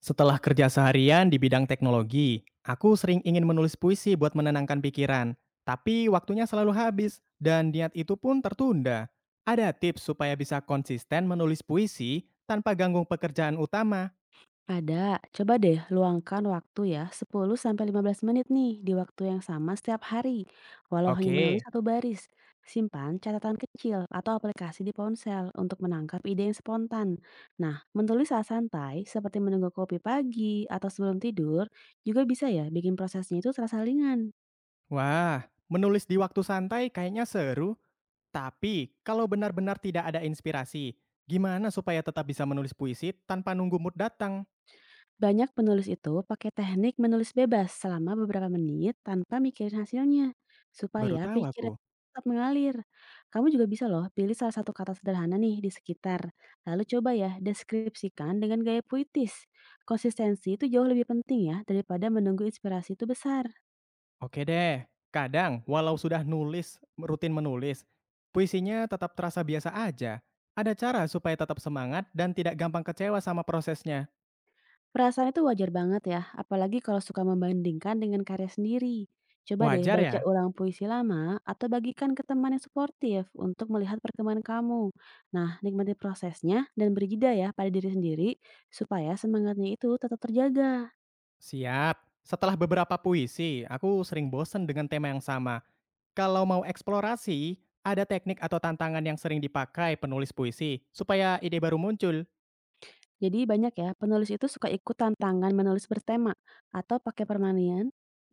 Setelah kerja seharian di bidang teknologi, aku sering ingin menulis puisi buat menenangkan pikiran, tapi waktunya selalu habis dan niat itu pun tertunda. Ada tips supaya bisa konsisten menulis puisi tanpa ganggu pekerjaan utama. Ada, coba deh luangkan waktu ya 10 sampai 15 menit nih di waktu yang sama setiap hari. Walau hanya menulis Oke. satu baris, simpan catatan kecil atau aplikasi di ponsel untuk menangkap ide yang spontan. Nah, menulis saat santai seperti menunggu kopi pagi atau sebelum tidur juga bisa ya bikin prosesnya itu terasa ringan. Wah, menulis di waktu santai kayaknya seru, tapi kalau benar-benar tidak ada inspirasi, gimana supaya tetap bisa menulis puisi tanpa nunggu mood datang? Banyak penulis itu pakai teknik menulis bebas selama beberapa menit tanpa mikirin hasilnya, Baru supaya tahu pikiran aku. tetap mengalir. Kamu juga bisa loh pilih salah satu kata sederhana nih di sekitar, lalu coba ya deskripsikan dengan gaya puitis. Konsistensi itu jauh lebih penting ya daripada menunggu inspirasi itu besar. Oke deh, kadang walau sudah nulis, rutin menulis, puisinya tetap terasa biasa aja. Ada cara supaya tetap semangat dan tidak gampang kecewa sama prosesnya. Perasaan itu wajar banget ya, apalagi kalau suka membandingkan dengan karya sendiri. Coba deh Wajar baca ya? ulang puisi lama atau bagikan ke teman yang suportif untuk melihat perkembangan kamu. Nah, nikmati prosesnya dan beri jeda ya pada diri sendiri supaya semangatnya itu tetap terjaga. Siap. Setelah beberapa puisi, aku sering bosen dengan tema yang sama. Kalau mau eksplorasi, ada teknik atau tantangan yang sering dipakai penulis puisi supaya ide baru muncul. Jadi banyak ya, penulis itu suka ikut tantangan menulis bertema atau pakai permainan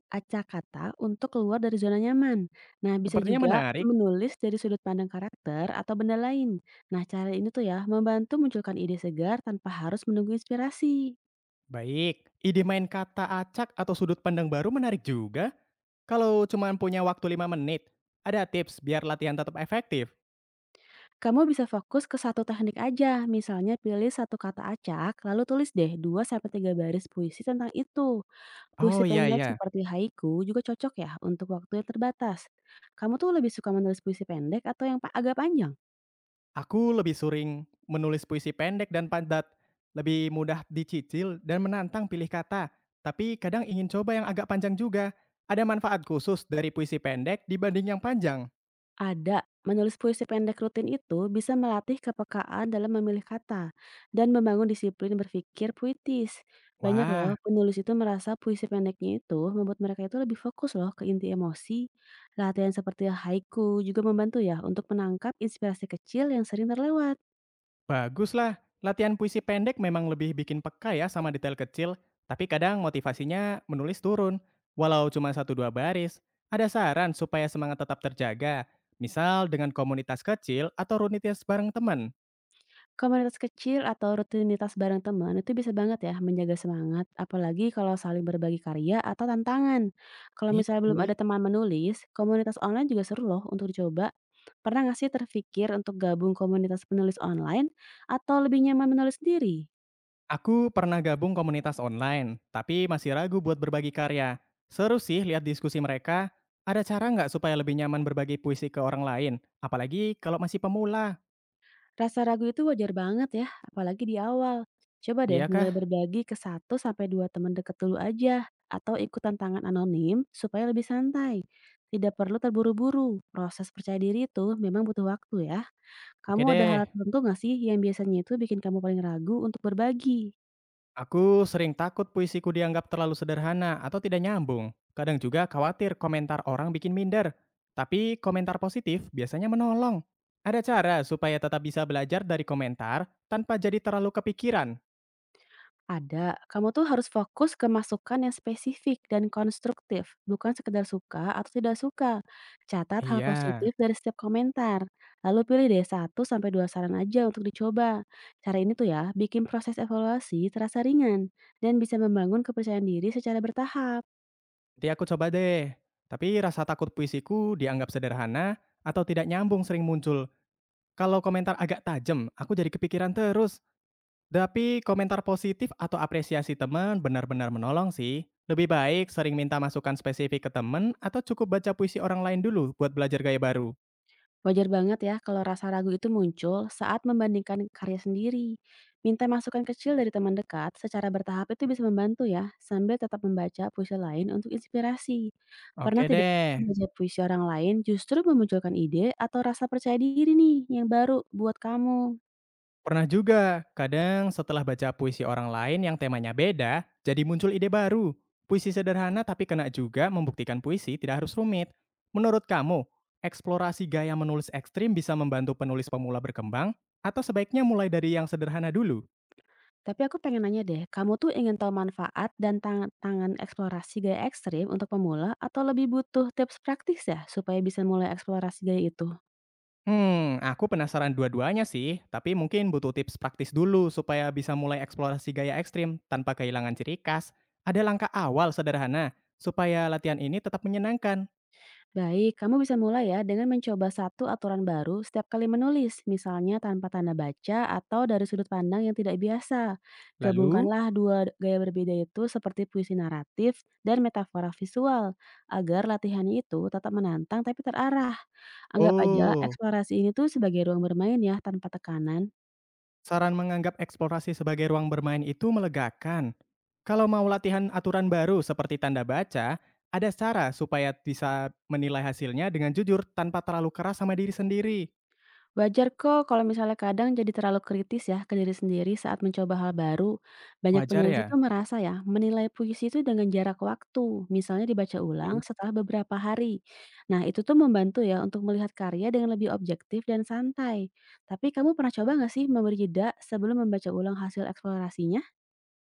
acak kata untuk keluar dari zona nyaman. Nah, bisa Sepertinya juga menarik. menulis dari sudut pandang karakter atau benda lain. Nah, cara ini tuh ya membantu munculkan ide segar tanpa harus menunggu inspirasi. Baik, ide main kata acak atau sudut pandang baru menarik juga. Kalau cuma punya waktu 5 menit, ada tips biar latihan tetap efektif. Kamu bisa fokus ke satu teknik aja, misalnya pilih satu kata acak, lalu tulis deh dua sampai tiga baris puisi tentang itu. Oh Puisi iya pendek ya. seperti haiku juga cocok ya untuk waktu yang terbatas. Kamu tuh lebih suka menulis puisi pendek atau yang agak panjang? Aku lebih sering menulis puisi pendek dan padat, lebih mudah dicicil dan menantang pilih kata. Tapi kadang ingin coba yang agak panjang juga. Ada manfaat khusus dari puisi pendek dibanding yang panjang. Ada. Menulis puisi pendek rutin itu bisa melatih kepekaan dalam memilih kata dan membangun disiplin berpikir puitis. Banyak Wah. loh penulis itu merasa puisi pendeknya itu membuat mereka itu lebih fokus loh ke inti emosi. Latihan seperti haiku juga membantu ya untuk menangkap inspirasi kecil yang sering terlewat. Baguslah, latihan puisi pendek memang lebih bikin peka ya sama detail kecil, tapi kadang motivasinya menulis turun, walau cuma satu dua baris. Ada saran supaya semangat tetap terjaga, misal dengan komunitas kecil atau rutinitas bareng teman. Komunitas kecil atau rutinitas bareng teman itu bisa banget ya menjaga semangat, apalagi kalau saling berbagi karya atau tantangan. Kalau Iya misalnya belum sih. ada teman menulis, komunitas online juga seru loh untuk dicoba. Pernah nggak sih terpikir untuk gabung komunitas penulis online atau lebih nyaman menulis sendiri? Aku pernah gabung komunitas online, tapi masih ragu buat berbagi karya. Seru sih lihat diskusi mereka. Ada cara nggak supaya lebih nyaman berbagi puisi ke orang lain? Apalagi kalau masih pemula. Rasa ragu itu wajar banget ya, apalagi di awal. Coba deh Iya kah? mulai berbagi ke satu sampai 2 teman dekat dulu aja atau ikut tantangan anonim supaya lebih santai. Tidak perlu terburu-buru. Proses percaya diri itu memang butuh waktu ya. Oke Kamu ada hal deh. tertentu nggak sih yang biasanya itu bikin kamu paling ragu untuk berbagi? Aku sering takut puisiku dianggap terlalu sederhana atau tidak nyambung. Kadang juga khawatir komentar orang bikin minder. Tapi komentar positif biasanya menolong. Ada cara supaya tetap bisa belajar dari komentar tanpa jadi terlalu kepikiran. Ada, kamu tuh harus fokus ke masukan yang spesifik dan konstruktif, bukan sekedar suka atau tidak suka. Catat hal Iya, positif dari setiap komentar, lalu pilih deh satu sampai 2 saran aja untuk dicoba. Cara ini tuh ya, bikin proses evaluasi terasa ringan dan bisa membangun kepercayaan diri secara bertahap. nanti aku coba deh. Tapi rasa takut puisiku dianggap sederhana atau tidak nyambung sering muncul. Kalau komentar agak tajam, aku jadi kepikiran terus. Tapi komentar positif atau apresiasi teman benar-benar menolong sih. Lebih baik sering minta masukan spesifik ke teman atau cukup baca puisi orang lain dulu buat belajar gaya baru. Wajar banget ya kalau rasa ragu itu muncul saat membandingkan karya sendiri. Minta masukan kecil dari teman dekat secara bertahap itu bisa membantu ya, sambil tetap membaca puisi lain untuk inspirasi. Oke Pernah tidak deh. membaca puisi orang lain justru memunculkan ide atau rasa percaya diri nih yang baru buat kamu? Pernah juga, kadang setelah baca puisi orang lain yang temanya beda, jadi muncul ide baru. Puisi sederhana tapi kena juga membuktikan puisi tidak harus rumit. Menurut kamu, eksplorasi gaya menulis ekstrim bisa membantu penulis pemula berkembang? Atau sebaiknya mulai dari yang sederhana dulu? Tapi aku pengen nanya deh, kamu tuh ingin tahu manfaat dan tantangan eksplorasi gaya ekstrim untuk pemula atau lebih butuh tips praktis ya supaya bisa mulai eksplorasi gaya itu? Aku penasaran dua-duanya sih, tapi mungkin butuh tips praktis dulu supaya bisa mulai eksplorasi gaya ekstrim tanpa kehilangan ciri khas. Ada langkah awal sederhana supaya latihan ini tetap menyenangkan. Baik, kamu bisa mulai ya dengan mencoba satu aturan baru setiap kali menulis, misalnya tanpa tanda baca atau dari sudut pandang yang tidak biasa. Lalu, Gabungkanlah dua gaya berbeda itu seperti puisi naratif dan metafora visual, agar latihannya itu tetap menantang tapi terarah. Anggap aja oh, eksplorasi ini tuh sebagai ruang bermain ya tanpa tekanan. saran menganggap eksplorasi sebagai ruang bermain itu melegakan. Kalau mau latihan aturan baru seperti tanda baca, ada cara supaya bisa menilai hasilnya dengan jujur tanpa terlalu keras sama diri sendiri. Wajar kok kalau misalnya kadang jadi terlalu kritis ya ke diri sendiri saat mencoba hal baru. Banyak Wajar penulis itu ya? merasa ya menilai puisi itu dengan jarak waktu, misalnya dibaca ulang setelah beberapa hari. Nah itu tuh membantu ya untuk melihat karya dengan lebih objektif dan santai. Tapi kamu pernah coba nggak sih memberi jeda sebelum membaca ulang hasil eksplorasinya?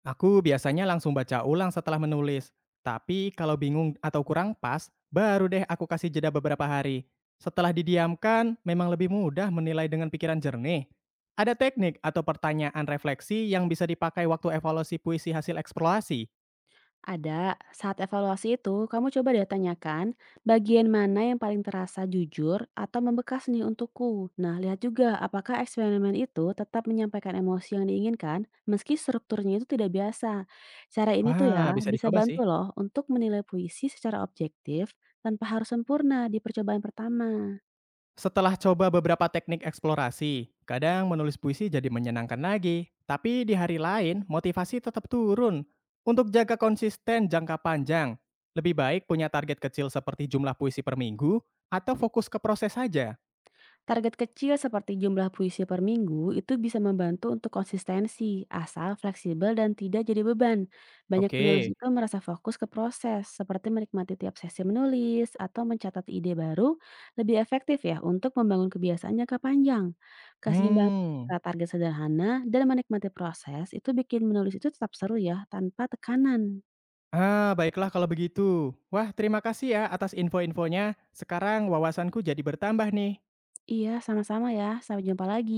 Aku biasanya langsung baca ulang setelah menulis, tapi kalau bingung atau kurang pas, baru deh aku kasih jeda beberapa hari. Setelah didiamkan, memang lebih mudah menilai dengan pikiran jernih. Ada teknik atau pertanyaan refleksi yang bisa dipakai waktu evaluasi puisi hasil eksplorasi? Ada, saat evaluasi itu kamu coba deh tanyakan bagian mana yang paling terasa jujur atau membekas nih untukku. Nah, lihat juga apakah eksperimen itu tetap menyampaikan emosi yang diinginkan meski strukturnya itu tidak biasa. Cara ini tuh Wah, ya bisa bisa dicoba sih. bantu loh untuk menilai puisi secara objektif tanpa harus sempurna di percobaan pertama. Setelah coba beberapa teknik eksplorasi, kadang menulis puisi jadi menyenangkan lagi. Tapi di hari lain, motivasi tetap turun. Untuk jaga konsisten jangka panjang, lebih baik punya target kecil seperti jumlah puisi per minggu atau fokus ke proses saja. Target kecil seperti jumlah puisi per minggu itu bisa membantu untuk konsistensi, asal fleksibel dan tidak jadi beban. Banyak penulis Oke. itu merasa fokus ke proses, seperti menikmati tiap sesi menulis atau mencatat ide baru, lebih efektif ya untuk membangun kebiasaan jangka panjang. Keseimbangan Hmm. antara target sederhana dan menikmati proses itu bikin menulis itu tetap seru ya, tanpa tekanan. Ah, baiklah kalau begitu. Wah, terima kasih ya atas info-infonya. Sekarang wawasanku jadi bertambah nih. Iya, sama-sama ya. Sampai jumpa lagi.